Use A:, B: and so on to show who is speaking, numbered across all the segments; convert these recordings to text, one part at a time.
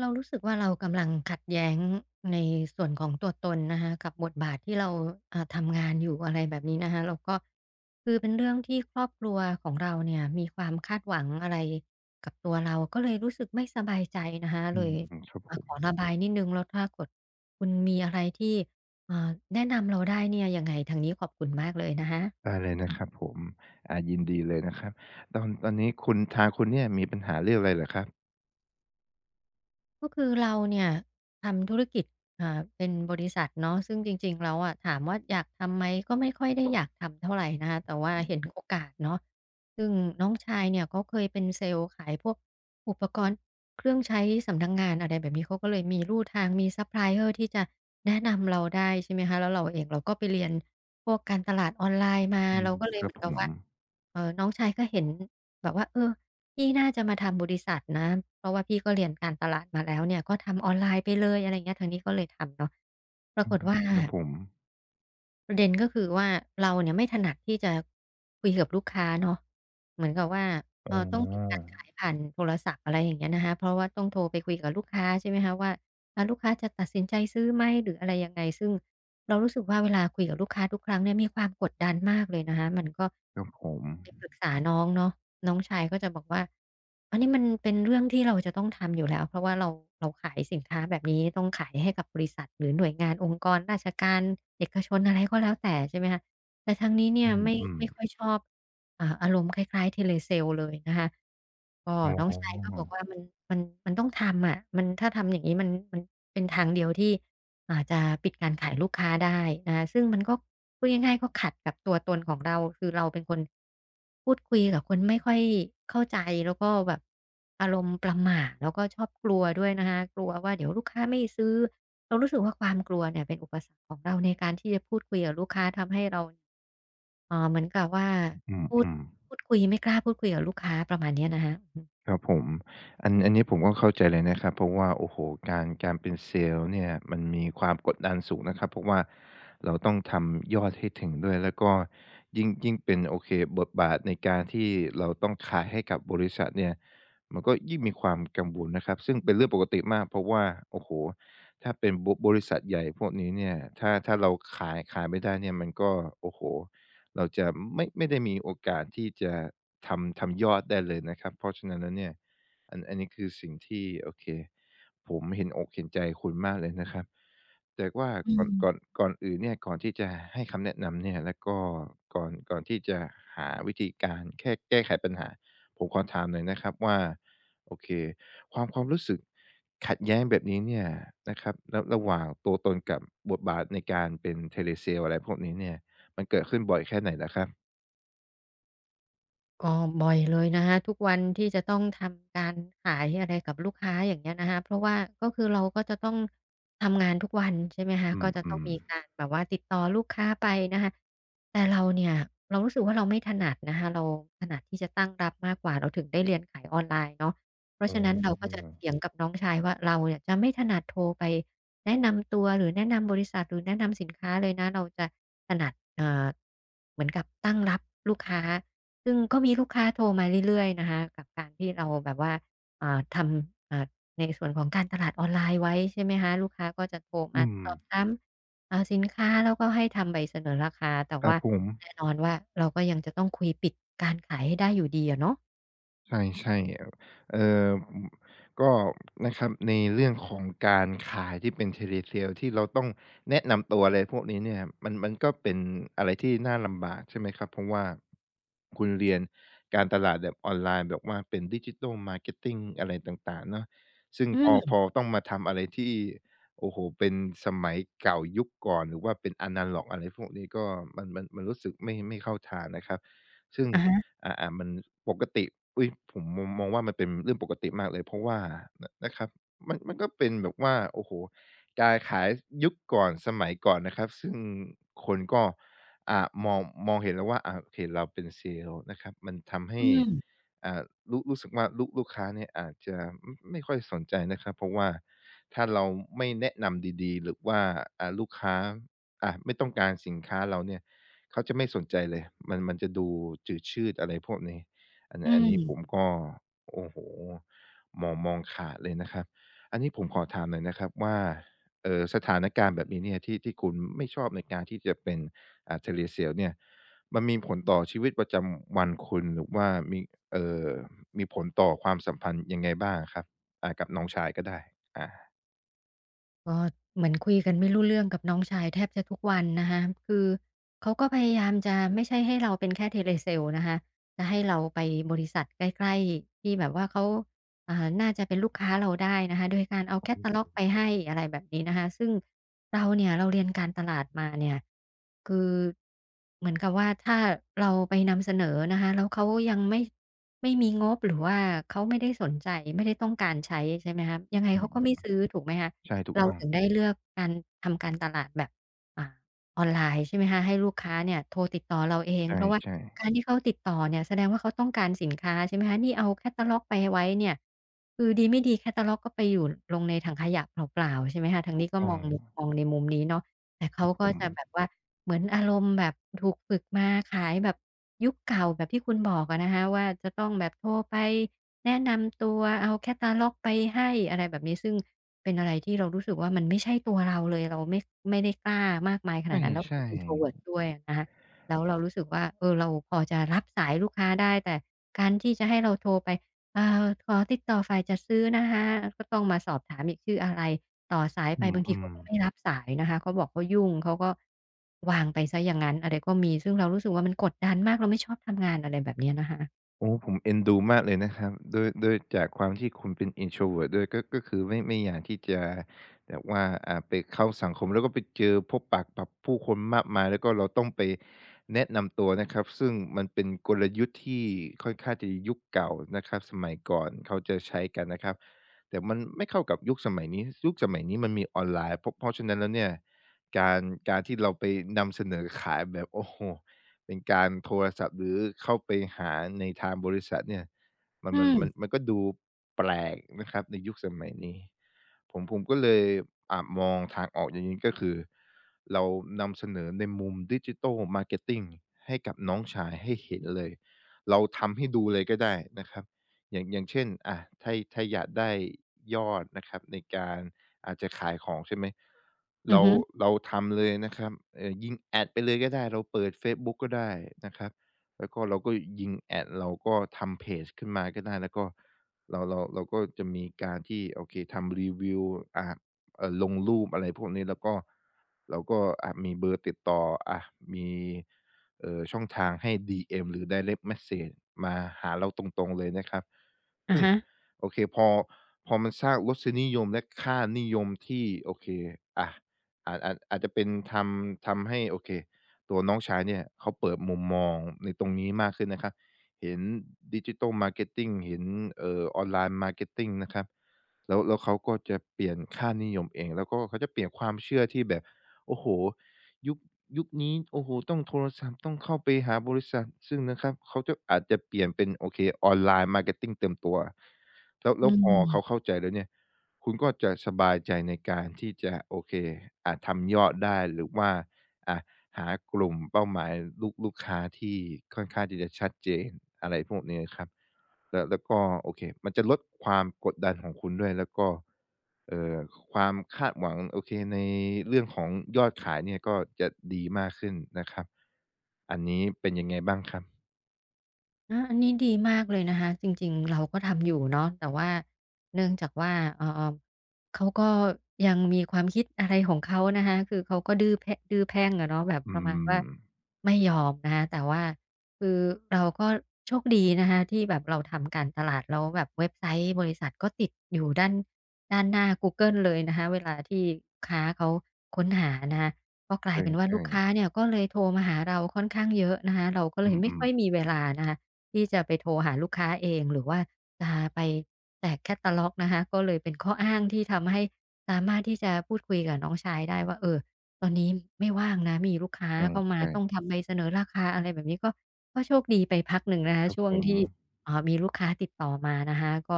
A: เรารู้สึกว่าเรากำลังขัดแย้งในส่วนของตัวตนนะคะกับบทบาทที่เราทำงานอยู่อะไรแบบนี้นะคะแล้วก็คือเป็นเรื่องที่ครอบครัวของเราเนี่ยมีความคาดหวังอะไรกับตัวเราก็เลยรู้สึกไม่สบายใจนะคะ
B: อื
A: เล
B: ม
A: ย
B: อืมครับผ
A: มาข
B: ม
A: อระบายนิดนึงแล้วถ้ากดคุณมีอะไรที่อ่าแนะนำเราได้เนี่ยยังไงทางนี้ขอบคุณมากเลยนะคะ
B: ได้เลยนะครับผมยินดีเลยนะครับตอนนี้คุณทางคุณเนี่ยมีปัญหาเรื่องอะไรเหรอครับ
A: ก็คือเราเนี่ยทำธุรกิจเป็นบริษัทเนาะซึ่งจริงๆแล้วอะถามว่าอยากทำไหมก็ไม่ค่อยได้อยากทำเท่าไหร่นะคะแต่ว่าเห็นโอกาสเนาะซึ่งน้องชายเนี่ยเขาเคยเป็นเซลล์ขายพวกอุปกรณ์เครื่องใช้สำนักงานอะไรแบบนี้เขาก็เลยมีลู่ทางมีซัพพลายเออร์ที่จะแนะนำเราได้ใช่ไหมคะแล้วเราเองเราก็ไปเรียนพวกการตลาดออนไลน์มา
B: อื
A: เรา
B: ม
A: ก็เล
B: ค
A: ยเห
B: รั
A: มื
B: บ
A: อน
B: ผ
A: กับ
B: ม
A: ว่าเออน้องชายก็เห็นแบบว่าเออ พี่น่าจะมาทำบริษัทนะเพราะว่าพี่ก็เรียนการตลาดมาแล้วเนี่ยก็ทำออนไลน์ไปเลยอะไรเงี้ยทางนี้ก็เลยทำเนาะปรา
B: อื
A: กฏ
B: ม
A: ว่า
B: ครับผม
A: ประเด็นก็คือว่าเราเนี่ยไม่ถนัดที่จะคุยกับลูกค้าเนาะเหมือนกับว่า
B: อ๋
A: ต้องมีการ
B: อ
A: ขายผ่านโทรศัพท์อะไรอย่างเงี้ยนะคะเพราะว่าต้องโทรไปคุยกับลูกค้าใช่ไหมคะว่าลูกค้าจะตัดสินใจซื้อไหมหรืออะไรยังไงซึ่ง เรารู้สึกว่าเวลาคุยกับลูกค้าทุกครั้งเนี่ยมีความกดดันมากเลยนะคะมันก็
B: ครับผม
A: ไปปรึกษาน้องเนาะน้องชายก็จะบอกว่าอันนี้มันเป็นเรื่องที่เราจะต้องทำอยู่แล้วเพราะว่าเราขายสินค้าแบบนี้ต้องขายให้กับบริษัทหรือหน่วยงานองค์กรราชการเอกชนอะไรก็แล้วแต่ใช่ไหมคะแต่ทางนี้เนี่
B: อ
A: ยไม่
B: ืม
A: ไม่ค่อยชอบอารมณ์คล้ายๆ Telesale เลยนะคะ ก็
B: ๆอ๋
A: น้องชายก็บ
B: อ
A: อกว่ามันมันต้องทำอะมันถ้าทำอย่างงี้มันเป็นทางเดียวที่จะปิดการขายลูกค้าได้นะคะซึ่งมันก็พูดง่ายๆก็ขัดกับตัวตนของเราคือเราเป็นคนพูดคุยกับคนไม่ค่อยเข้าใจแล้วก็แบบอารมณ์ประหม่าแล้วก็ชอบกลัวด้วยนะคะกลัวว่าเดี๋ยวลูกค้าไม่ซื้อเรารู้สึกว่าความกลัวเนี่ยเป็นอุปสรรคของเราในการที่จะพูดคุยกับลูกค้าทำให้เราเหมือนกับว่า
B: อื
A: พูด
B: ม
A: พู
B: ๆ
A: ดคุยไม่กล้าพูดคุยกับลูกค้าประมาณเนี้ยนะฮะอือฮึ
B: ครับผมอันนี้ผมก็เข้าใจเลยนะครับเพราะว่าโอ้โฮการเป็นเซลส์เนี่ยมันมีความกดดันสูงนะครับเพราะว่าเราต้องทำยอดให้ถึงด้วยแล้วก็ยิ่งเป็นโอเคบทบาทในการที่เราต้องขายให้กับบริษัทเนี่ยมันก็ยิ่งมีความกังวลนะครับซึ่งเป็นเรื่องปกติมากเพราะว่าโอ้โฮถ้าเป็นบริษัทใหญ่พวกนี้เนี่ยถ้าเราขายไม่ได้เนี่ยมันก็โอ้โฮเราจะไม่ได้มีโอกาสที่จะ ทำยอดได้เลยนะครับเพราะฉะนั้นแล้วเนี่ยอันนี้คือสิ่งที่โอเคผมเห็นอกเห็นใจคุณมากเลยนะครับแต่ว่า
A: อื
B: ก่อน
A: ม
B: ก่อนก่อนอื่นเนี่ยก่อนที่จะให้คำแนะนำเนี่ยแล้วก็ก่อนที่จะหาวิธีการแค่แก้ไขปัญหาผมขอถามหน่อยนะครับว่าโอเคความรู้สึกขัดแย้งแบบนี้เนี่ยนะครับระหว่างตัวตนกับบทบาทในการเป็น Telesale อะไรพวกนี้เนี่ยมันเกิดขึ้นบ่อยแค่ไหนนะครับ
A: ก็บ่อยเลยนะคะทุกวันที่จะต้องทำการขายอะไรกับลูกค้าอย่างเงี้ยนะคะเพราะว่าก็คือเราก็จะต้องทำงานทุกวันใช่ไหมคะ
B: อื
A: ก็
B: ม
A: จะ
B: อ
A: ต้อง
B: ม
A: มีการแบบว่าติดต่อลูกค้าไปนะคะแต่เราเนี่ยเรารู้สึกว่าเราไม่ถนัดนะคะเราถนัดที่จะตั้งรับมากกว่าเราถึงได้เรียนขายออนไลน์เนาะเพราะ
B: อ๋อ
A: ฉะนั้นเราก็จะเถียงกับน้องชายว่าเราเนี่ยจะไม่ถนัดโทรไปแนะนำตัวหรือแนะนำบริษัทหรือแนะนำสินค้าเลยนะเราจะถนัดเหมือนกับตั้งรับลูกค้า ซึ่งก็มีลูกค้าโทรมาเรื่อยๆนะคะกับการที่เราแบบว่าทำในส่วนของการตลาดออนไลน์ไว้ใช่ไหมคะลูกค้าก็จะโทร
B: อื
A: มา
B: ม
A: สอบถามสินค้าแล้วก็ให้ทำใบเสนอราคาแต่
B: ครับ
A: ว่า
B: ผม
A: แน่นอนว่าเราก็ยังจะต้องคุยปิดการขายให้ได้อยู่ดีอะเนาะ
B: ใช่ๆเออืมก็นะครับในเรื่องของการขายที่เป็น telesale ที่เราต้องแนะนำตัวอะไรพวกนี้เนี่ยมันก็เป็นอะไรที่น่าลำบากใช่ไหมครับเพราะว่าคุณเรียนการตลาดแบบออนไลน์แบบว่าเป็น Digital Marketing อะไรต่างๆเนาะซึ่ง
A: อื
B: พอพ
A: ม
B: อต้องมาทำอะไรที่โอ้โฮเป็นสมัยเก่ายุคก่อนหรือว่าเป็นอะนาล็อกอะไรพวกนี้ก็มันรู้สึกไม่เข้าทางนะครับซึ่ง
A: อะฮะ
B: อ่าๆมันปกติอุ๊ยผมมองว่ามันเป็นเรื่องปกติมากเลยเพราะว่านะครับมันก็เป็นแบบว่าโอ้โฮการขายยุคก่อนสมัยก่อนนะครับซึ่งคนก็อ่ามองมองเห็นแล้วว่าโอเคเราเป็นเซลส์นะครับมันทำ
A: อื
B: ให้
A: ม
B: อ่ารู้สึกว่าลูกค้าเนี่ยอาจจะอไม่ค่อยสนใจนะครับเพราะว่าถ้าเราไม่แนะนำดีๆหรือว่าลูกค้าไม่ต้องการสินค้าเราเนี่ย เขาจะไม่สนใจเลย มันจะดูจืดชืดอะไรพวกนี้อัน
A: อื
B: อันนี้ผม
A: ม
B: ก็โอ้โฮมองขาดเลยนะครับ อันนี้ผมขอถามหน่อยนะครับว่าสถานการณ์แบบนี้เนี่ยที่คุณไม่ชอบในการที่จะเป็นTelesales เนี่ยมันมีผลต่อชีวิตประจำวันคุณหรือว่ามีเอ่อมีผลต่อความสัมพันธ์ยังไงบ้างอะครับกับน้องชายก็ได้อา
A: ก็เหมือนคุยกันไม่รู้เรื่องกับน้องชายแทบจะทุกวันนะคะคือเขาก็พยายามจะไม่ใช่ให้เราเป็นแค่เ e เล s a ลนะคะจะให้เราไปบริษัทใกล้ๆที่แบบว่าเขาน่าจะเป็นลูกค้าเราได้นะคะโดยการเอาแคตตาล็อกไปให้อะไรแบบนี้นะคะซึ่งเราเนี่ยเราเรียนการตลาดมาเนี่ยคือเหมือนกับว่าถ้าเราไปนำเสนอนะคะแล้วเขายังไม่มีงบหรือว่าเขาไม่ได้สนใจไม่ได้ต้องการใช้ใช่ไหมคะยังไง
B: อื
A: เขาก็ไม่
B: ม
A: ซื้อถูกไหมคะ
B: ใช่ถูก
A: เรา
B: ต้อง
A: ถึงได้เลือกการทำการตลาดแบบอ่าออนไลน์ใช่ไหมคะให้ลูกค้าเนี่ยโทรติดต่อเราเองเพราะว่า
B: ใช่
A: การที่เขาติดต่อเนี่ยแสดงว่าเขาต้องการสินค้าใช่ไหมคะนี่เอาแคตตาล็อกไปไว้เนี่ยคือดีไม่ดีแคตตาล็อกก็ไปอยู่ลงในถังขยะเปล่าๆใช่ไหมคะทางนี้ก็
B: ๆต้
A: ม
B: อง
A: องมุมมองในมุมนี้เนาะแต่
B: ผ
A: เขาก็
B: ม
A: จะแบบว่าเหมือนอารมณ์แบบถูกฝึกมาขายแบบยุคเก่าแบบที่คุณบอกอะนะคะว่าจะต้องแบบโทรไปแนะนำตัวเอาแคตตาล็อกไปให้อะไรแบบนี้ซึ่ง เป็นอะไรที่เรารู้สึกว่ามันไม่ใช่ตัวเราเลยเราไม่ได้กล้ามากมายขนาดนั้นแล้ว
B: ใช่
A: เป็น introvert ด้วยอะนะคะแล้วเรารู้สึกว่าเออเราพอจะรับสายลูกค้าได้แต่การที่จะให้เราโทรไปอ่าขอติดต่อฝ่ายจัดซื้อนะคะก็ต้องมาสอบถามอีกชื่ออะไรต่อสาย
B: ๆอ
A: ไปบางที
B: ื
A: เขา
B: ม
A: ก็ไม่
B: ๆ
A: รับสายนะคะเขาบอกเขายุ่งเขาก็วางไปเสียอย่างงั้นอะไรก็มีซึ่งเรารู้สึกว่ามันกดดันมากเราไม่ชอบทำงานอะไรแบบเนี้ยนะคะ
B: โอ้ผมเอ็นดูมากเลยนะครับด้วยจากความที่คุณเป็น introvert ด้วยก็ก็คือไม่อยากที่จะแบบว่าไปเข้าสังคมแล้วก็ไปเจอพบปะกับผู้คนมากมายแล้วก็เราต้องไปแนะนำตัวนะครับซึ่งมันเป็นกลยุทธ์ที่ค่อนข้างจะยุคเก่านะครับสมัยก่อนเขาจะใช้กันนะครับแต่มันไม่เข้ากับยุคสมัยนี้ยุคสมัยนี้มันมีออนไลน์เพราะฉะนั้นแล้วเนี่ยการการที่เราไปนำเสนอขายแบบโอ้โฮ เป็นการโทรศัพท์หรือเข้าไปหาในทางบริษัทเนี่ยมัน
A: อื
B: มัน
A: ม
B: มันมันก็ดูแปลกนะครับในยุคสมัยนี้ผมก็เลยมองทางออกอย่างนี้ก็คือเรานำเสนอในมุมดิจิทัลมาร์เก็ตติงให้กับน้องชายให้เห็นเลยเราทำให้ดูเลยก็ได้นะครับอย่างเช่นถ้าอยากได้ยอดนะครับในการ อาจจะขายของใช่ไหม
A: อือ
B: เรา
A: ฮึ
B: เราทำเลยนะครับยิงแอดไปเลยก็ได้เราเปิดเฟซบุ๊กก็ได้นะครับแล้วก็เราก็ยิงแอดเราก็ทำเพจขึ้นมาก็ได้แล้วก็เราก็จะมีการที่โอเคทำรีวิวอ่าลงรูปอะไรพวกนี้แล้วก็เราก็มีเบอร์ติดต่ออ่ามีช่องทางให้ดีเอ็มหรือ direct message มาหาเราตรงๆเลยนะครับ
A: อะ
B: ซึ่ง
A: ฮะ
B: โอเคพอมันสร้างรสนิยมและค่านิยมที่โอเคอะอาจจะเป็นทำให้โอเคตัวน้องชายเนี่ยเขาเปิดมุมมองในตรงนี้มากขึ้นนะครับเห็น Digital Marketing เห็นOnline Marketing นะครับแล้วเขาก็จะเปลี่ยนค่านิยมเองแล้วก็เขาจะเปลี่ยนความเชื่อที่แบบโอ้โฮ ยุคยุคนี้โอ้โฮต้องโทรศัพท์ต้องเข้าไปหาบริษัทซึ่งนะครับเขาจะอาจจะเปลี่ยนเป็นโอเคออนไลน์ m a r k e ตติงเต็มตัวแล้ว
A: อื
B: แล้วพอเขา
A: ม
B: เข้าใจแล้วเนี่ยคุณก็จะสบายใจในการที่จะโอเคอาทำยอดได้หรือว่าอาหากลุ่มเป้าหมายลูกค้าที่ค่อนข้างที่จะชัดเจนอะไรพวกนี้ครับ แล้วก็โอเคมันจะลดความกดดันของคุณด้วยแล้วก็เอ่อความคาดหวังโอเคในเรื่องของยอดขายเนี่ยก็จะดีมากขึ้นนะครับอันนี้เป็นยังไงบ้างครับ
A: อาอันนี้ดีมากเลยนะคะจริงๆเราก็ทำอยู่เนาะแต่ว่าเนื่องจากว่าเอ่อเขาก็ยังมีความคิดอะไรของเขานะคะคือเขาก็ดื้อแพะดื้อแพ่งอะเนาะแบบ
B: อื
A: ประมาณว่า
B: ม
A: ไม่ยอมนะคะแต่ว่าคือเราก็โชคดีนะคะที่แบบเราทำการตลาดแล้วแบบเว็บไซต์บริษัทก็ติดอยู่ด้านหน้ากูเกิลเลยนะคะเวลาที่ลูกค้าเขาค้นหานะคะก็ก
B: ใ
A: ลายเป็นว่าลู
B: ช่
A: กค้า
B: ๆ
A: เนี่ยก็เลยโทรมาหาเราค่อนข้างเยอะนะคะเราก็เล
B: อื
A: ยไม่
B: ม
A: ค่อยมีเวลานะคะ ที่จะไปโทรหาลูกค้าเองหรือว่าจะไปแจกแคตตาล็อกนะคะก็เลยเป็นข้ออ้างที่ทำให้สามารถที่จะพูดคุยกับน้องชายได้ว่าเออตอนนี้ไม่ว่างนะมีลูกค้าเข้า
B: ๆ
A: มาต้อง
B: ใช่
A: ทำใบเสนอราคาอะไรแบบนี้ก็ก็โชคดีไปพักหนึ่งนะ
B: ๆ
A: คะ
B: ครับ
A: ช่ว
B: ผ
A: ง
B: ม
A: ที่มีลูกค้าติดต่อมานะคะก็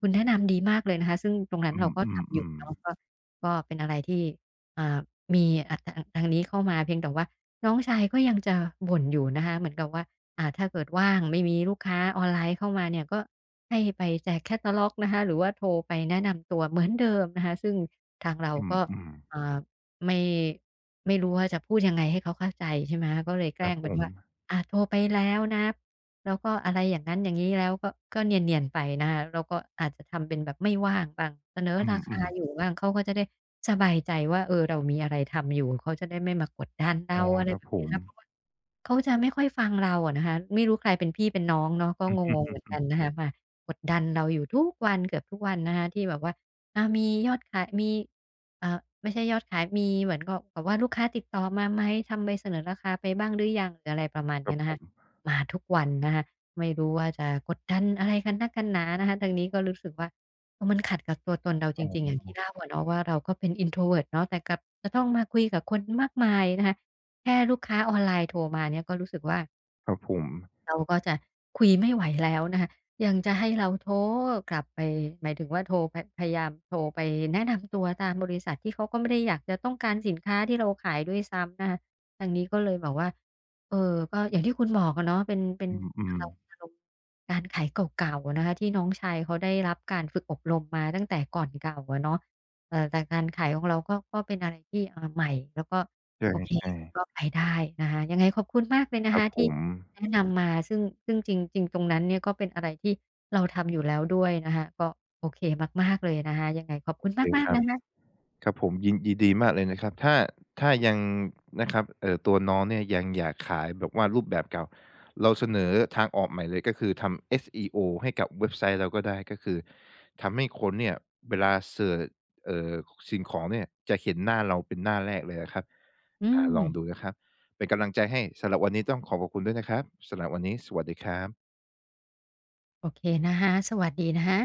A: คุณแนะนำดีมากเลยนะคะซึ่งตรงนั้น
B: อื
A: เราก็
B: ม
A: ทำอยู่
B: ๆ
A: เนาะ
B: ๆ
A: ก็ก็เป็นอะไรที่อ่ามีทางนี้เข้ามาเพียงแต่ว่าน้องชายก็ยังจะบ่นอยู่นะคะเหมือนกับว่า ถ้าเกิดว่างไม่มีลูกค้าออนไลน์เข้ามาเนี่ยก็ให้ไปแจกแคตตาล็อกนะคะหรือว่าโทรไปแนะนำตัวเหมือนเดิมนะคะซึ่งทางเรา
B: อ
A: ก็
B: ืมๆ
A: อ่าไม่ไม่รู้ว่าจะพูดยังไงให้เขาเข้าใจใช่ไหมก็เลยแก
B: ค
A: ล้
B: รับ
A: ง
B: ผ
A: เป็น
B: ม
A: ว่าโทรไปแล้วนะแล้วก็อะไรอย่างงั้นอย่างงี้แล้วก็ก็เนียนๆไปนะคะแล้วก็อาจจะทำเป็นแบบไม่ว่างบ้างเสนอ
B: อื
A: ราคา
B: ม
A: อยู่
B: ๆ
A: บ้างเขาก็จะได้สบายใจว่าเออเรามีอะไรทำอยู่เขาจะได้ไม่มากดดันเรา
B: อ๋อ
A: อะไร
B: ครับ
A: แบบ
B: ผ
A: นี้
B: ม
A: นะคะเพราะว่า เขาจะไม่ค่อยฟังเราอะนะคะไม่รู้ใครเป็นพี่เป็นน้องเนาะก็
B: อือ
A: ง
B: ฮ
A: งๆ
B: ึ
A: เหมือนกันนะคะมากดดันเราอยู่ทุกวันเกือบทุกวันนะคะที่แบบว่าอามียอดขายมีเอ่าไม่ใช่ยอดขายมีเหมือนกับแบบว่าลูกค้าติดต่อมาไหมทำใบเสนอราคาไปบ้างหรือยังหรืออะไรประมาณ
B: ครั
A: เนี้
B: บ
A: ยนะ
B: ผ
A: คะ
B: ม
A: มาทุกวันนะคะไม่รู้ว่าจะกดดันอะไรกันนักกันหนานะคะทางนี้ก็รู้สึกว่าเออมันขัดกับตัวตนเราจ
B: อ๋
A: ริงๆอย่างที่
B: อ
A: เล่าอะเนาะว่าเราก็เป็น introvert เนาะแต่กลับจะต้องมาคุยกับคนมากมายนะคะ แค่ลูกค้าออนไลน์โทรมาเนี่ยก็รู้สึกว่า
B: ครับผม
A: เราก็จะคุยไม่ไหวแล้วนะคะยังจะให้เราโทรกลับไปหมายถึงว่าโทรพพยายามโทรไปแนะนำตัวตามบริษัทที่เขาก็ไม่ได้อยากจะต้องการสินค้าที่เราขายด้วยซ้ำนะคะทางนี้ก็เลยบอกว่าเออก็อย่างที่คุณบอกอะเนาะเป็น
B: อื
A: อา
B: ม
A: รม
B: ๆ
A: ณ์อารมณ์การขายเก่าๆนะคะที่น้องชายเขาได้รับการฝึกอบรมมาตั้งแต่ก่อนเก่าอะเนาะแต่การขายของเราก็ก็เป็นอะไรที่ใหม่แล้วก็โอเค
B: ใช่
A: มันก็
B: ๆ
A: ไปได้นะคะยังไงขอบคุณมากเลย
B: ค
A: นะ
B: รับ
A: คะ
B: ผ
A: ที่
B: ม
A: แนะนำมาซึ่งจริงจริงตรงนั้นเนี่ยก็เป็นอะไรที่เราทำอยู่แล้วด้วยนะคะก็โอเคมากๆเลยนะคะยังไงขอบ
B: โอ
A: คุณ
B: เค
A: มาก
B: ครั
A: ๆ
B: บ
A: นะคะ
B: ครับผมยินดีมากเลยนะครับถ้ายังนะครับตัวน้องเนี่ยยังอยากขายแบบว่ารูปแบบเก่าเราเสนอทางออกใหม่เลยก็คือทำ SEO ให้กับเว็บไซต์เราก็ได้ก็คือทำให้คนเนี่ยเวลาเซิร์ชเอ่อสิ่งของเนี่ยจะเห็นหน้าเราเป็นหน้าแรกเลยอะครับ
A: อื
B: ลองดู
A: ม
B: นะครับเป็นกำลังใจให้สำหรับวันนี้ต้องขอบคุณด้วยนะครับสำหรับวันนี้สวัสดีครับ
A: โอเคนะคะสวัสดีนะคะ